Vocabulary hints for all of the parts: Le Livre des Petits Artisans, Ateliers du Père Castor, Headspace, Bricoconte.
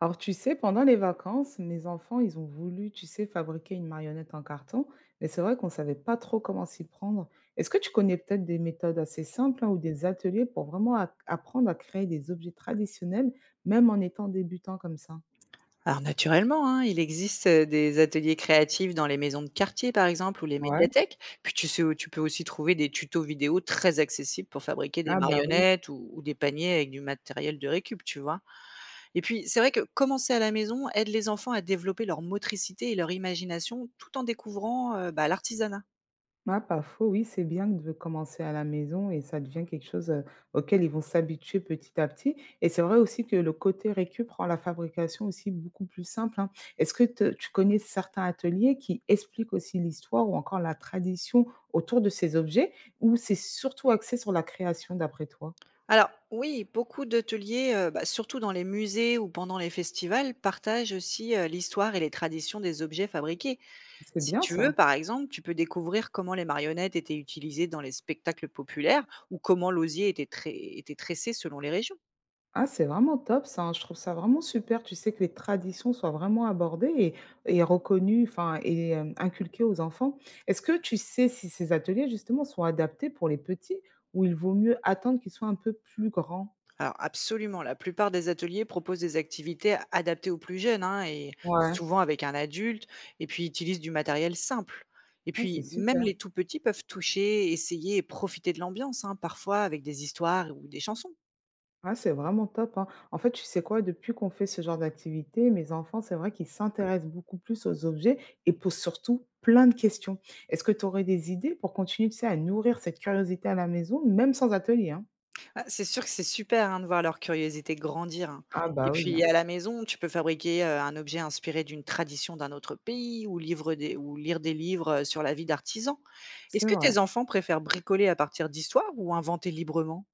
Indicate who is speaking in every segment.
Speaker 1: Alors, tu sais, pendant les vacances, mes enfants, ils ont voulu, tu sais, fabriquer une marionnette en carton, mais c'est vrai qu'on ne savait pas trop comment s'y prendre. Est-ce que tu connais peut-être des méthodes assez simples hein, ou des ateliers pour vraiment apprendre à créer des objets traditionnels, même en étant débutant comme ça?
Speaker 2: Alors naturellement, hein, il existe, des ateliers créatifs dans les maisons de quartier, par exemple, ou les
Speaker 1: Ouais.
Speaker 2: médiathèques. Puis tu sais, tu peux aussi trouver des tutos vidéo très accessibles pour fabriquer des
Speaker 1: Ah bah oui.
Speaker 2: marionnettes ou des paniers avec du matériel de récup, tu vois? Et puis, c'est vrai que commencer à la maison aide les enfants à développer leur motricité et leur imagination tout en découvrant, bah, l'artisanat.
Speaker 1: Ah, pas faux, oui, c'est bien de commencer à la maison et ça devient quelque chose auquel ils vont s'habituer petit à petit. Et c'est vrai aussi que le côté récup rend la fabrication aussi beaucoup plus simple, hein. Est-ce que tu connais certains ateliers qui expliquent aussi l'histoire ou encore la tradition autour de ces objets ou c'est surtout axé sur la création d'après toi?
Speaker 2: Alors oui, beaucoup d'ateliers, bah, surtout dans les musées ou pendant les festivals, partagent aussi, l'histoire et les traditions des objets fabriqués.
Speaker 1: C'est
Speaker 2: Si
Speaker 1: bien
Speaker 2: tu veux,
Speaker 1: ça.
Speaker 2: par exemple, tu peux découvrir comment les marionnettes étaient utilisées dans les spectacles populaires ou comment l'osier était, était tressé selon les régions.
Speaker 1: Ah, c'est vraiment top ça, hein. Je trouve ça vraiment super, tu sais, que les traditions soient vraiment abordées et reconnues, enfin, et inculquées aux enfants. Est-ce que tu sais si ces ateliers, justement, sont adaptés pour les petits ou il vaut mieux attendre qu'ils soient un peu plus grands?
Speaker 2: Alors absolument, la plupart des ateliers proposent des activités adaptées aux plus jeunes hein, et
Speaker 1: Ouais.
Speaker 2: souvent avec un adulte et puis utilisent du matériel simple. Et
Speaker 1: Ah, c'est
Speaker 2: puis même
Speaker 1: super.
Speaker 2: les tout petits peuvent toucher, essayer et profiter de l'ambiance, hein, parfois avec des histoires ou des chansons.
Speaker 1: Ah, c'est vraiment top, hein. En fait, tu sais quoi? Depuis qu'on fait ce genre d'activité, mes enfants, c'est vrai qu'ils s'intéressent beaucoup plus aux objets et posent surtout plein de questions. Est-ce que tu aurais des idées pour continuer, tu sais, à nourrir cette curiosité à la maison, même sans atelier, hein?
Speaker 2: Ah, c'est sûr que c'est super, hein, de voir leur curiosité grandir, hein.
Speaker 1: Ah
Speaker 2: Et
Speaker 1: bah oui,
Speaker 2: puis
Speaker 1: hein,
Speaker 2: à la maison, tu peux fabriquer, un objet inspiré d'une tradition d'un autre pays ou lire des livres, sur la vie d'artisans. Est-ce
Speaker 1: c'est
Speaker 2: que
Speaker 1: vrai.
Speaker 2: tes enfants préfèrent bricoler à partir d'histoires ou inventer librement?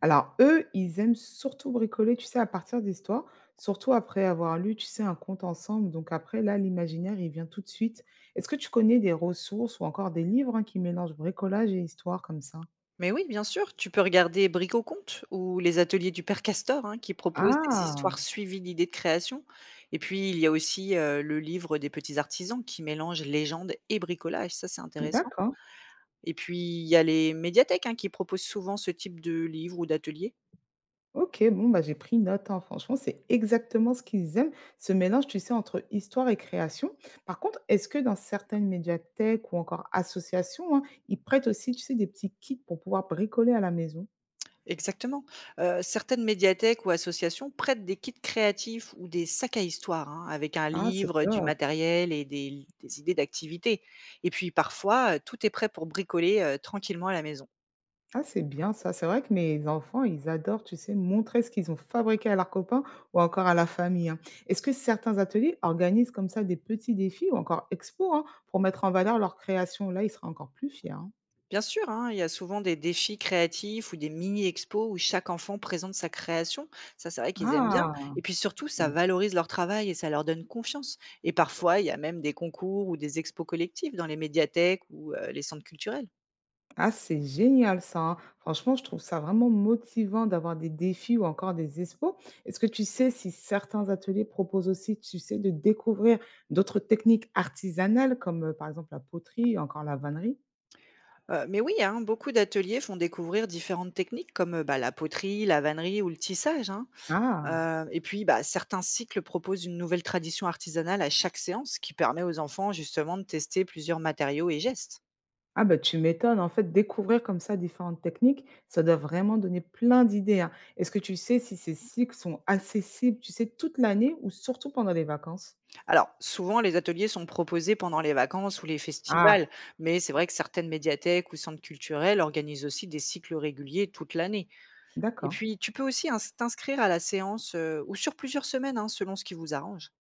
Speaker 1: Alors eux, ils aiment surtout bricoler, tu sais, à partir d'histoires, surtout après avoir lu, tu sais, un conte ensemble. Donc après, là, l'imaginaire, il vient tout de suite. Est-ce que tu connais des ressources ou encore des livres hein, qui mélangent bricolage et histoire comme ça?
Speaker 2: Mais oui, bien sûr, tu peux regarder Bricoconte ou les ateliers du père Castor, hein, qui proposent des histoires
Speaker 1: Ah,
Speaker 2: suivies d'idées de création. Et puis, il y a aussi le livre des petits artisans qui mélange légende et bricolage, ça c'est intéressant.
Speaker 1: d'accord.
Speaker 2: Et puis, il y a les médiathèques hein, qui proposent souvent ce type de livre ou d'atelier.
Speaker 1: Ok, bon, bah, j'ai pris note, hein. Franchement, c'est exactement ce qu'ils aiment, ce mélange, tu sais, entre histoire et création. Par contre, est-ce que dans certaines médiathèques ou encore associations, hein, ils prêtent aussi, tu sais, des petits kits pour pouvoir bricoler à la maison?
Speaker 2: Exactement. Certaines médiathèques ou associations prêtent des kits créatifs ou des sacs à histoire, hein, avec un
Speaker 1: Ah c'est
Speaker 2: livre, du
Speaker 1: top.
Speaker 2: matériel et des idées d'activités. Et puis parfois, tout est prêt pour bricoler, tranquillement à la maison.
Speaker 1: Ah c'est bien ça. C'est vrai que mes enfants, ils adorent, tu sais, montrer ce qu'ils ont fabriqué à leurs copains ou encore à la famille, hein. Est-ce que certains ateliers organisent comme ça des petits défis ou encore expos, hein, pour mettre en valeur leur création? Là, ils seraient encore plus fiers, hein.
Speaker 2: Bien sûr, hein, il y a souvent des défis créatifs ou des mini-expos où chaque enfant présente sa création. Ça, c'est vrai qu'ils aiment bien.
Speaker 1: Ah!
Speaker 2: Et puis surtout, ça valorise leur travail et ça leur donne confiance. Et parfois, il y a même des concours ou des expos collectives dans les médiathèques ou, les centres culturels.
Speaker 1: Ah c'est génial ça, hein. Franchement, je trouve ça vraiment motivant d'avoir des défis ou encore des expos. Est-ce que tu sais si certains ateliers proposent aussi, tu sais, de découvrir d'autres techniques artisanales comme, par exemple, la poterie ou encore la vannerie?
Speaker 2: Mais oui, hein, beaucoup d'ateliers font découvrir différentes techniques comme, bah, la poterie, la vannerie ou le tissage, hein.
Speaker 1: Ah!
Speaker 2: Et puis, bah, certains cycles proposent une nouvelle tradition artisanale à chaque séance, qui permet aux enfants justement de tester plusieurs matériaux et gestes.
Speaker 1: Ah bah, tu m'étonnes, en fait, découvrir comme ça différentes techniques, ça doit vraiment donner plein d'idées, hein. Est-ce que tu sais si ces cycles sont accessibles, tu sais, toute l'année ou surtout pendant les vacances?
Speaker 2: Alors, souvent les ateliers sont proposés pendant les vacances ou les
Speaker 1: Ah,
Speaker 2: festivals, mais c'est vrai que certaines médiathèques ou centres culturels organisent aussi des cycles réguliers toute l'année. Et
Speaker 1: d'accord.
Speaker 2: puis tu peux aussi ins t'inscrire à la séance, ou sur plusieurs semaines, hein, selon ce qui vous arrange.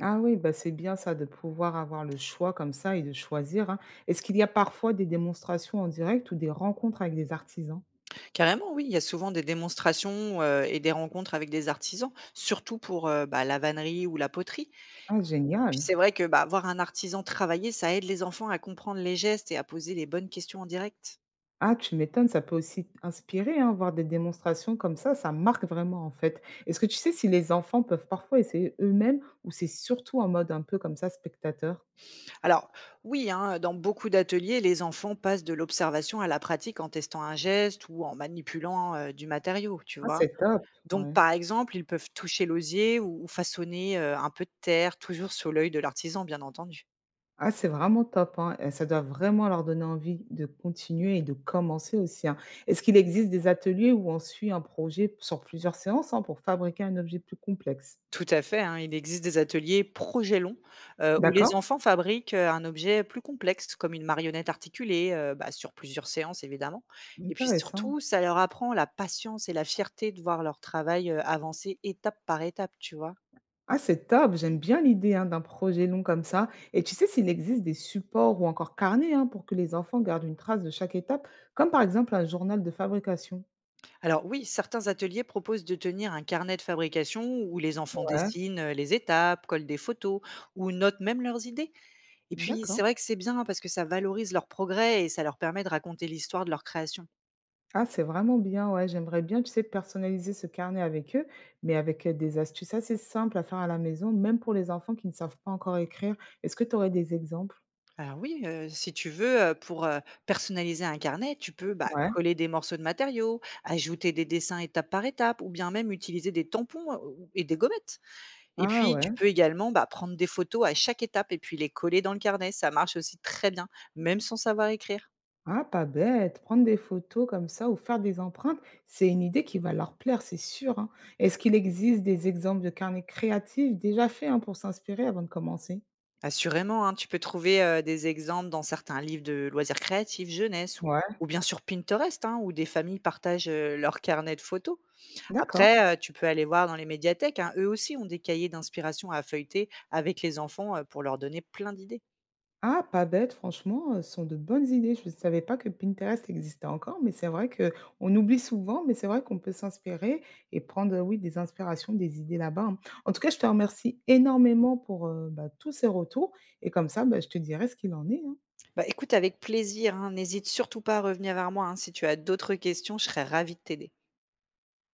Speaker 1: Ah oui, bah, c'est bien ça de pouvoir avoir le choix comme ça et de choisir, hein. Est-ce qu'il y a parfois des démonstrations en direct ou des rencontres avec des artisans?
Speaker 2: Carrément, oui, il y a souvent des démonstrations, et des rencontres avec des artisans, surtout pour, bah, la vannerie ou la poterie.
Speaker 1: Ah
Speaker 2: Puis
Speaker 1: génial!
Speaker 2: c'est vrai que, bah, voir un artisan travailler, ça aide les enfants à comprendre les gestes et à poser les bonnes questions en direct.
Speaker 1: Ah, tu m'étonnes, ça peut aussi inspirer, hein, voir des démonstrations comme ça marque vraiment en fait. Est-ce que tu sais si les enfants peuvent parfois essayer eux-mêmes ou c'est surtout en mode un peu comme ça, spectateur?
Speaker 2: Alors oui, hein, dans beaucoup d'ateliers, les enfants passent de l'observation à la pratique en testant un geste ou en manipulant, du matériau, tu
Speaker 1: Ah,
Speaker 2: vois?
Speaker 1: c'est top,
Speaker 2: Donc
Speaker 1: ouais.
Speaker 2: par exemple, ils peuvent toucher l'osier ou façonner, un peu de terre, toujours sous l'œil de l'artisan, bien entendu.
Speaker 1: Ah, c'est vraiment top, hein, et ça doit vraiment leur donner envie de continuer et de commencer aussi, hein. Est-ce qu'il existe des ateliers où on suit un projet sur plusieurs séances, hein, pour fabriquer un objet plus complexe?
Speaker 2: Tout à fait, hein, il existe des ateliers projets longs, où les
Speaker 1: D'accord,
Speaker 2: enfants fabriquent, un objet plus complexe comme une marionnette articulée, bah, sur plusieurs séances évidemment et puis
Speaker 1: intéressant.
Speaker 2: surtout ça leur apprend la patience et la fierté de voir leur travail, avancer étape par étape, tu vois?
Speaker 1: Ah, c'est top, j'aime bien l'idée hein, d'un projet long comme ça. Et tu sais s'il existe des supports ou encore carnets hein, pour que les enfants gardent une trace de chaque étape, comme par exemple un journal de fabrication.
Speaker 2: Alors oui, certains ateliers proposent de tenir un carnet de fabrication où les enfants
Speaker 1: Ouais.
Speaker 2: dessinent, les étapes, collent des photos ou notent même leurs idées et puis c'est
Speaker 1: D'accord.
Speaker 2: vrai que c'est bien hein, parce que ça valorise leur progrès et ça leur permet de raconter l'histoire de leur création.
Speaker 1: Ah, c'est vraiment bien, ouais. J'aimerais bien, tu sais, personnaliser ce carnet avec eux, mais avec des astuces assez simples à faire à la maison, même pour les enfants qui ne savent pas encore écrire. Est-ce que tu aurais des exemples?
Speaker 2: Alors oui, si tu veux, pour, personnaliser un carnet, tu peux, bah,
Speaker 1: Ouais.
Speaker 2: coller des morceaux de matériaux, ajouter des dessins étape par étape ou bien même utiliser des tampons, ou et des gommettes. Et
Speaker 1: Ah
Speaker 2: puis
Speaker 1: ouais.
Speaker 2: tu peux également, bah, prendre des photos à chaque étape et puis les coller dans le carnet. Ça marche aussi très bien, même sans savoir écrire.
Speaker 1: Ah, pas bête, prendre des photos comme ça ou faire des empreintes, c'est une idée qui va leur plaire, c'est sûr, hein. Est-ce qu'il existe des exemples de carnets créatifs déjà faits hein, pour s'inspirer avant de commencer?
Speaker 2: Assurément, hein, tu peux trouver, des exemples dans certains livres de loisirs créatifs, jeunesse ou
Speaker 1: Ouais.
Speaker 2: ou bien sur Pinterest, hein, où des familles partagent, leurs carnets de photos.
Speaker 1: D'accord.
Speaker 2: Après, tu peux aller voir dans les médiathèques, hein, eux aussi ont des cahiers d'inspiration à feuilleter avec les enfants, pour leur donner plein d'idées.
Speaker 1: Ah, pas bête, franchement, ce sont de bonnes idées. Je ne savais pas que Pinterest existait encore, mais c'est vrai que on oublie souvent, mais c'est vrai qu'on peut s'inspirer et prendre, oui, des inspirations, des idées là-bas, hein. En tout cas, je te remercie énormément pour bah, tous ces retours et comme ça, bah, je te dirai ce qu'il en est, hein.
Speaker 2: Bah, écoute avec plaisir, hein, n'hésite surtout pas à revenir vers moi, hein, si tu as d'autres questions, je serais ravie de t'aider.